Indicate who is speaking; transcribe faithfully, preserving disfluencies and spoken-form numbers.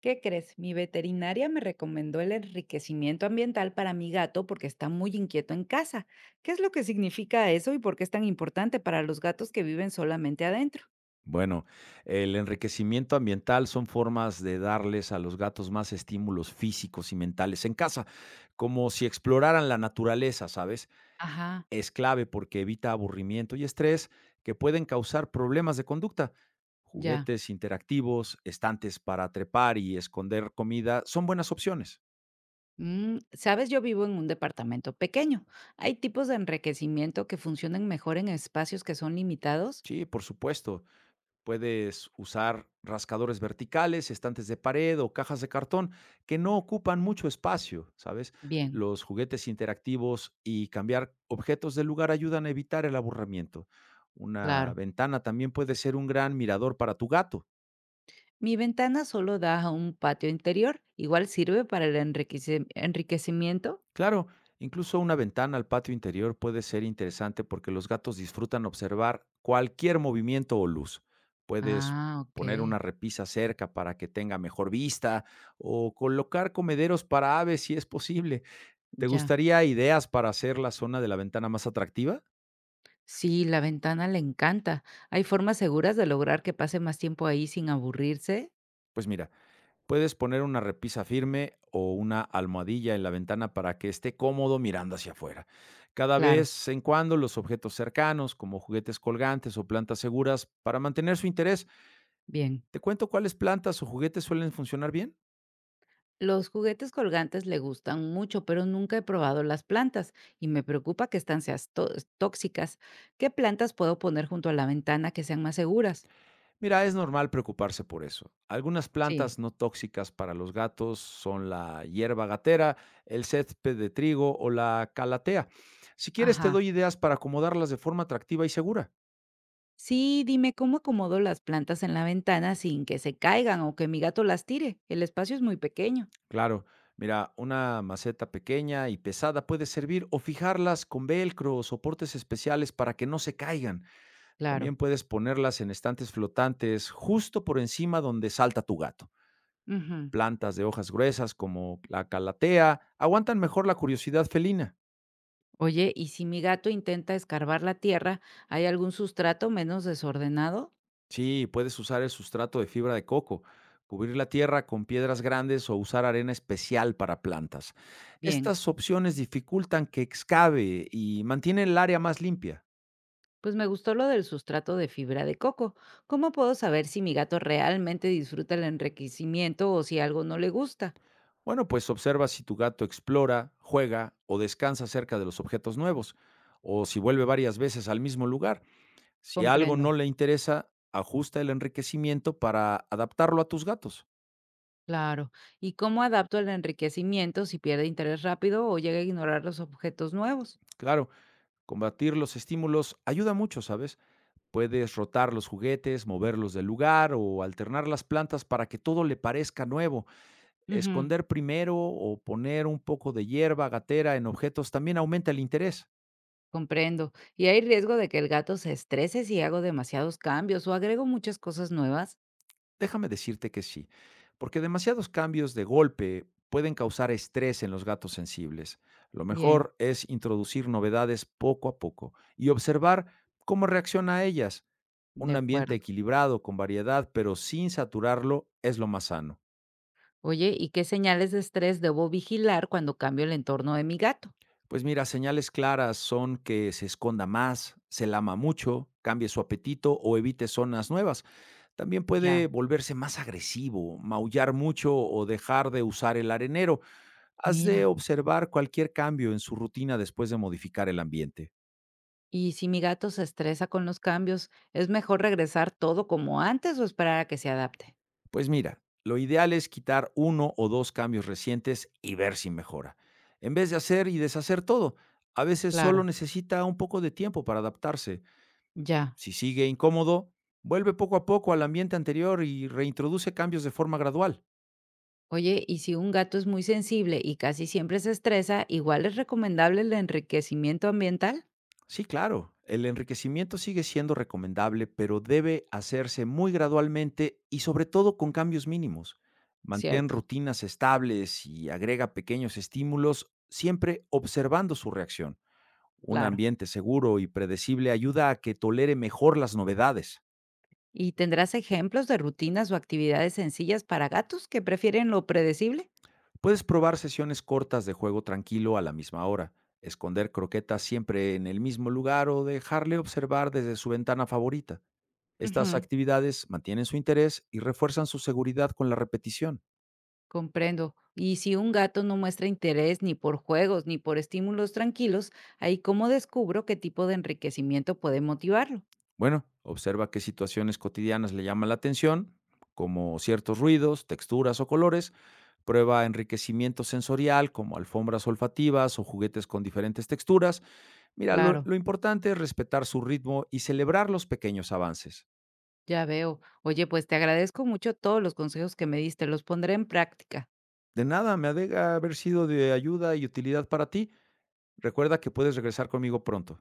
Speaker 1: ¿Qué crees? Mi veterinaria me recomendó el enriquecimiento ambiental para mi gato porque está muy inquieto en casa. ¿Qué es lo que significa eso y por qué es tan importante para los gatos que viven solamente adentro?
Speaker 2: Bueno, el enriquecimiento ambiental son formas de darles a los gatos más estímulos físicos y mentales en casa, como si exploraran la naturaleza, ¿sabes?
Speaker 1: Ajá,
Speaker 2: Es clave porque evita aburrimiento y estrés que pueden causar problemas de conducta.
Speaker 1: ya.
Speaker 2: Juguetes interactivos, estantes para trepar y esconder comida son buenas opciones.
Speaker 1: Mm, Sabes, yo vivo en un departamento pequeño. ¿Hay tipos de enriquecimiento que funcionan mejor en espacios que son limitados?
Speaker 2: Sí, por supuesto. Puedes usar rascadores verticales, estantes de pared o cajas de cartón que no ocupan mucho espacio, ¿sabes?
Speaker 1: Bien,
Speaker 2: Los juguetes interactivos y cambiar objetos de lugar ayudan a evitar el aburrimiento. Una
Speaker 1: claro.
Speaker 2: ventana también puede ser un gran mirador para tu gato.
Speaker 1: Mi ventana solo da a un patio interior. ¿Igual sirve para el enriquece- enriquecimiento?
Speaker 2: Claro, incluso una ventana al patio interior puede ser interesante porque los gatos disfrutan observar cualquier movimiento o luz. Puedes
Speaker 1: Ah, ok,
Speaker 2: poner una repisa cerca para que tenga mejor vista o colocar comederos para aves si es posible. ¿Te
Speaker 1: ya.
Speaker 2: gustaría ideas para hacer la zona de la ventana más atractiva?
Speaker 1: Sí, la ventana le encanta. ¿Hay formas seguras de lograr que pase más tiempo ahí sin aburrirse?
Speaker 2: Pues mira, puedes poner una repisa firme o una almohadilla en la ventana para que esté cómodo mirando hacia afuera. Cada
Speaker 1: Claro,
Speaker 2: vez en cuando los objetos cercanos, como juguetes colgantes o plantas seguras, para mantener su interés.
Speaker 1: bien.
Speaker 2: Te cuento cuáles plantas o juguetes suelen funcionar bien.
Speaker 1: Los juguetes colgantes le gustan mucho, pero nunca he probado las plantas y me preocupa que están seas tó- tóxicas. ¿Qué plantas puedo poner junto a la ventana que sean más seguras?
Speaker 2: Mira, es normal preocuparse por eso. Algunas
Speaker 1: Sí.
Speaker 2: plantas no tóxicas para los gatos son la hierba gatera, el césped de trigo o la calatea. Si quieres, te
Speaker 1: Ajá.
Speaker 2: doy ideas para acomodarlas de forma atractiva y segura.
Speaker 1: Sí, dime cómo acomodo las plantas en la ventana sin que se caigan o que mi gato las tire. El espacio es muy pequeño.
Speaker 2: Claro, mira, una maceta pequeña y pesada puede servir o fijarlas con velcro o soportes especiales para que no se caigan.
Speaker 1: Claro.
Speaker 2: También puedes ponerlas en estantes flotantes justo por encima donde salta tu gato.
Speaker 1: Ujú.
Speaker 2: Plantas de hojas gruesas como la calatea aguantan mejor la curiosidad felina.
Speaker 1: Oye, ¿y si mi gato intenta escarbar la tierra, hay algún sustrato menos desordenado?
Speaker 2: Sí, puedes usar el sustrato de fibra de coco, cubrir la tierra con piedras grandes o usar arena especial para plantas.
Speaker 1: Bien,
Speaker 2: Estas opciones dificultan que excave y mantienen el área más limpia.
Speaker 1: pues me gustó lo del sustrato de fibra de coco. ¿Cómo puedo saber si mi gato realmente disfruta el enriquecimiento o si algo no le gusta?
Speaker 2: Bueno, pues observa si tu gato explora, juega o descansa cerca de los objetos nuevos, o si vuelve varias veces al mismo lugar. Si algo
Speaker 1: Comprendo.
Speaker 2: no le interesa, ajusta el enriquecimiento para adaptarlo a tus gatos.
Speaker 1: Claro. ¿Y cómo adapto el enriquecimiento si pierde interés rápido o llega a ignorar los objetos nuevos?
Speaker 2: Claro, combatir los estímulos ayuda mucho, ¿sabes? Puedes rotar los juguetes, moverlos del lugar o alternar las plantas para que todo le parezca nuevo.
Speaker 1: Ujú,
Speaker 2: Esconder primero o poner un poco de hierba gatera en objetos también aumenta el interés.
Speaker 1: comprendo. ¿Y hay riesgo de que el gato se estrese si hago demasiados cambios o agrego muchas cosas nuevas?
Speaker 2: Déjame decirte que sí, porque demasiados cambios de golpe pueden causar estrés en los gatos sensibles. Lo
Speaker 1: Bien,
Speaker 2: mejor es introducir novedades poco a poco y observar cómo reacciona a ellas.
Speaker 1: de
Speaker 2: Un ambiente
Speaker 1: acuerdo.
Speaker 2: equilibrado, con variedad, pero sin saturarlo, es lo más sano.
Speaker 1: Oye, ¿y qué señales de estrés debo vigilar cuando cambio el entorno de mi gato?
Speaker 2: Pues mira, señales claras son que se esconda más, se lama mucho, cambie su apetito o evite zonas nuevas. También puede
Speaker 1: Ya,
Speaker 2: volverse más agresivo, maullar mucho o dejar de usar el arenero. Has de
Speaker 1: mira.
Speaker 2: observar cualquier cambio en su rutina después de modificar el ambiente.
Speaker 1: Y si mi gato se estresa con los cambios, ¿es mejor regresar todo como antes o esperar a que se adapte?
Speaker 2: Pues mira, lo ideal es quitar uno o dos cambios recientes y ver si mejora, en vez de hacer y deshacer todo. A veces solo
Speaker 1: Claro,
Speaker 2: necesita un poco de tiempo para adaptarse.
Speaker 1: ya.
Speaker 2: Si sigue incómodo, vuelve poco a poco al ambiente anterior y reintroduce cambios de forma gradual.
Speaker 1: Oye, y si un gato es muy sensible y casi siempre se estresa, ¿igual es recomendable el enriquecimiento ambiental?
Speaker 2: Sí, claro. El enriquecimiento sigue siendo recomendable, pero debe hacerse muy gradualmente y sobre todo con cambios mínimos. Mantén
Speaker 1: Cierto,
Speaker 2: rutinas estables y agrega pequeños estímulos, siempre observando su reacción. Un
Speaker 1: claro.
Speaker 2: ambiente seguro y predecible ayuda a que tolere mejor las novedades.
Speaker 1: ¿Y tendrás ejemplos de rutinas o actividades sencillas para gatos que prefieren lo predecible?
Speaker 2: Puedes probar sesiones cortas de juego tranquilo a la misma hora, esconder croquetas siempre en el mismo lugar o dejarle observar desde su ventana favorita. Estas
Speaker 1: Ujú.
Speaker 2: actividades mantienen su interés y refuerzan su seguridad con la repetición.
Speaker 1: Comprendo. Y si un gato no muestra interés ni por juegos ni por estímulos tranquilos, ahí ¿cómo descubro qué tipo de enriquecimiento puede motivarlo?
Speaker 2: Bueno, observa qué situaciones cotidianas le llaman la atención, como ciertos ruidos, texturas o colores. Prueba enriquecimiento sensorial, como alfombras olfativas o juguetes con diferentes texturas. Mira, lo,
Speaker 1: Claro,
Speaker 2: lo importante es respetar su ritmo y celebrar los pequeños avances.
Speaker 1: ya veo. Oye, pues te agradezco mucho todos los consejos que me diste, los pondré en práctica.
Speaker 2: De nada, me alegra haber sido de ayuda y utilidad para ti. Recuerda que puedes regresar conmigo pronto.